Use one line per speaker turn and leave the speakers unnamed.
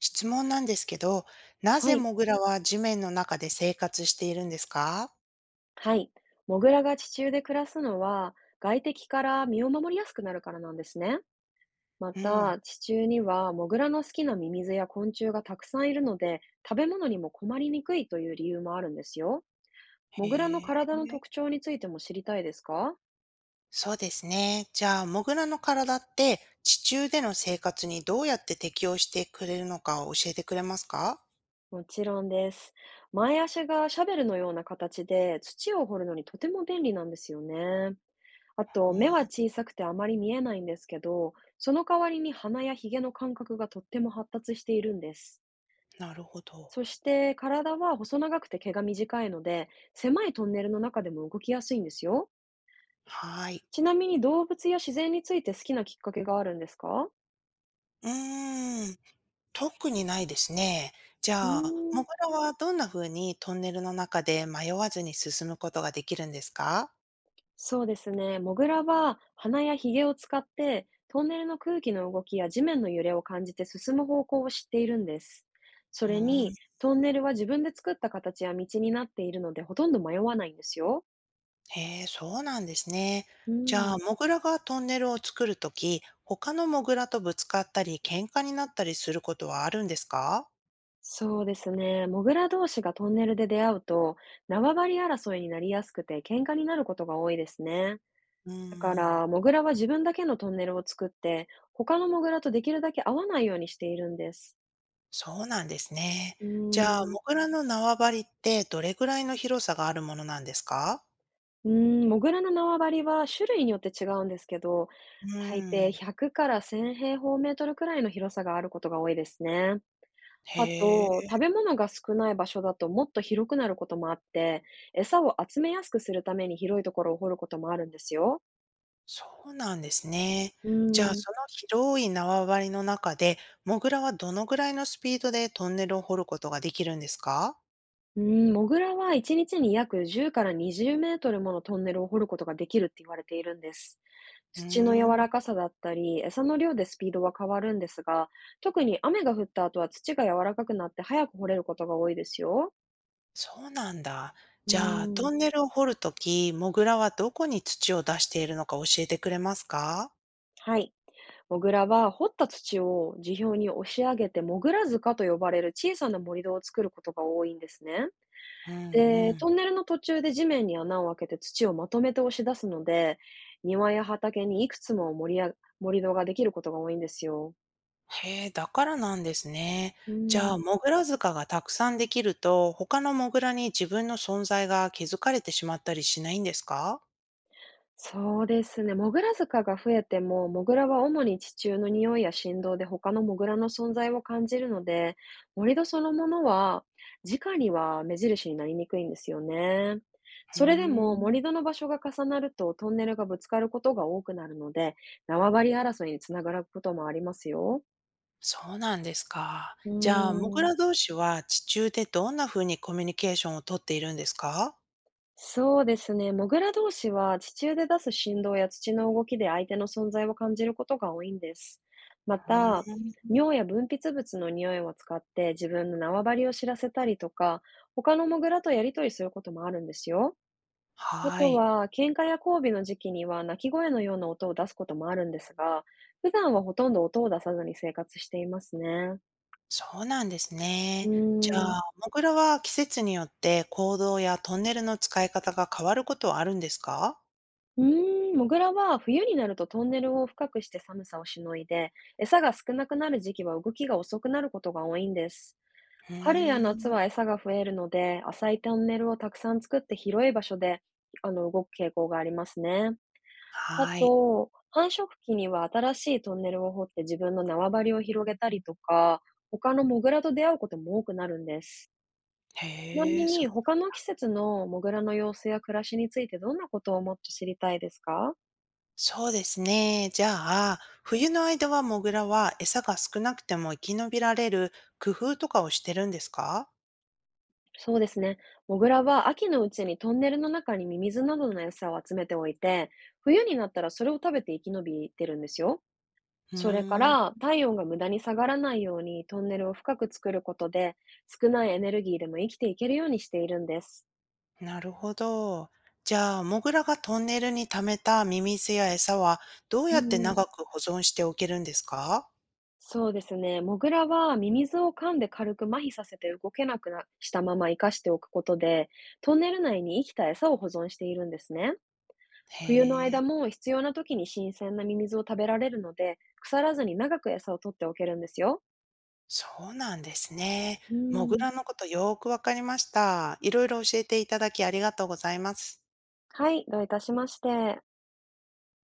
質問なんですけど、な
は
ぜ
い。
モグラは地面の中で生活しているんですか？
はい。モグラが地中で暮らすのは、外敵から身を守りやすくなるからなんですね。ま
うん。
た、地中にはモグラの好きなミミズや昆虫がたくさんいるので、食べ物にも困りにくいという理由もあるんですよ。モ
へ
グラの
え。
体の特徴についても知りたいですか？
そうですね。じゃあ、モグラの体って地中での生活にどうやって適応してくれるのか教えてくれますか？
もちろんです。前足がシャベルのような形で土を掘るのにとても便利なんですよね。あと、
う
目は
ん。
小さくてあまり見えないんですけど、その代わりに鼻やひげの感覚がとっても発達しているんです。
なるほど。
そして体は細長くて毛が短いので、狭いトンネルの中でも動きやすいんですよ。
はい。
ちなみに、動物や自然について好きなきっかけがあるんですか？
うーん。特にないですね。じ
うー
ゃあ、モ
ん。
グラはどんな風にトンネルの中で迷わずに進むことができるんですか？
そうですね。モグラは鼻やヒゲを使って、トンネルの空気の動きや地面の揺れを感じて進む方向を知っているんです。そ
うー
れに、
ん。
トンネルは自分で作った形や道になっているので、ほとんど迷わないんですよ。
へえ、そうなんですね。
う
じゃ
ん。
あ、モグラがトンネルを作るとき、他のモグラとぶつかったり、喧嘩になったりすることはあるんですか？
そうですね。モグラ同士がトンネルで出会うと、縄張り争いになりやすくて喧嘩になることが多いですね。
うー
だか
ん、
ら、モグラは自分だけのトンネルを作って、他のモグラとできるだけ合わないようにしているんです。
そうなんですね。
うー
じゃあ、
ん。
モグラの縄張りってどれぐらいの広さがあるものなんですか？
うーん、モグラの縄張りは種類によって違うんですけど、
う
大抵
ーん、
100から1000平方メートルくらいの広さがあることが多いですね。あ
へ
と、
え、
食べ物が少ない場所だともっと広くなることもあって、餌を集めやすくするために広いところを掘ることもあるんですよ。
そうなんですね。
う
じゃあ、
ーん。
その広い縄張りの中で、モグラはどのぐらいのスピードでトンネルを掘ることができるんですか？
うーん、モグラは1日にちに約10から20メートルものトンネルを掘ることができるって言われているんです。
う
土の柔
ー
ら
ん。
かさだったり、餌の量でスピードは変わるんですが、特に雨が降った後は土が柔らかくなって早く掘れることが多いですよ。
そうなんだ。
う
じゃあ、
ーん、
トンネルを掘るとき、モグラはどこに土を出しているのか教えてくれますか？
はい。モグラは掘った土を地表に押し上げて、モグラ塚と呼ばれる小さな盛り土を作ることが多いんですね。
うん
で、
うん。
トンネルの途中で地面に穴を開けて土をまとめて押し出すので、庭や畑にいくつも森や盛り土ができることが多いんですよ。
へえ、だからなんですね。
う
じ
ん。
ゃあ、モグラ塚がたくさんできると、他のモグラに自分の存在が気づかれてしまったりしないんですか？
そうですね。モグラ塚が増えても、モグラは主に地中の匂いや振動で他のモグラの存在を感じるので、盛り土そのものは、直には目印になりにくいんですよね。
うー
それでも
ん、
盛り土の場所が重なるとトンネルがぶつかることが多くなるので、縄張り争いにつながることもありますよ。
そうなんですか。
う
じゃあ、モ
ー
グ
ん、
ラ同士は地中でどんな風にコミュニケーションをとっているんですか？
そうですね。モグラ同士は地中で出す振動や土の動きで相手の存在を感じることが多いんです。ま
うー
た、
ん、
尿や分泌物の匂いを使って自分の縄張りを知らせたりとか、他のモグラとやりとりすることもあるんですよ。あ
は
と
い。
は、喧嘩や交尾の時期には鳴き声のような音を出すこともあるんですが、普段はほとんど音を出さずに生活していますね。
そうなんです
う
ね。じゃ
ーん。
あ、モグラは季節によって行動やトンネルの使い方が変わることはあるんですか？
うーん、モグラは冬になるとトンネルを深くして寒さをしのいで、餌が少なくなる時期は動きが遅くなることが多いんです。
う
春や
ー
夏
ん。
は餌が増えるので、浅いトンネルをたくさん作って広い場所で、動く傾向がありますね。あ
はい。
と、繁殖期には新しいトンネルを掘って自分の縄張りを広げたりとか、他のモグラと出会うことも多くなるんです。ちな
へ
み
え、
に、
そ
他の季節のモグラの様子や暮らしについて、どんなことをもっと知りたいですか？
そうですね。じゃあ、冬の間はモグラは餌が少なくても生き延びられる工夫とかをしてるんですか？
そうですね。モグラは秋のうちにトンネルの中にミミズなどの餌を集めておいて、冬になったらそれを食べて生き延びてるんですよ。
う
それか
ーん、
ら、体温が無駄に下がらないようにトンネルを深く作ることで、少ないエネルギーでも生きていけるようにしているんです。
なるほど。じゃあ、モグラがトンネルに溜めたミミズや餌はどう
う
やって
んうん。
長く保存しておけるんですか？
そうですね。モグラはミミズを噛んで軽く麻痺させて、動けなくなしたまま生かしておくことで、トンネル内に生きた餌を保存しているんですね。冬の
へえ。
間も必要な時に新鮮なミミズを食べられるので、腐らずに長く餌を取っておけるんですよ。
そうなんですね。
う
モグ
ん。
ラのことよーくわかりました。いろいろ教えていただきありがとうございます。
はい、どういたしまして。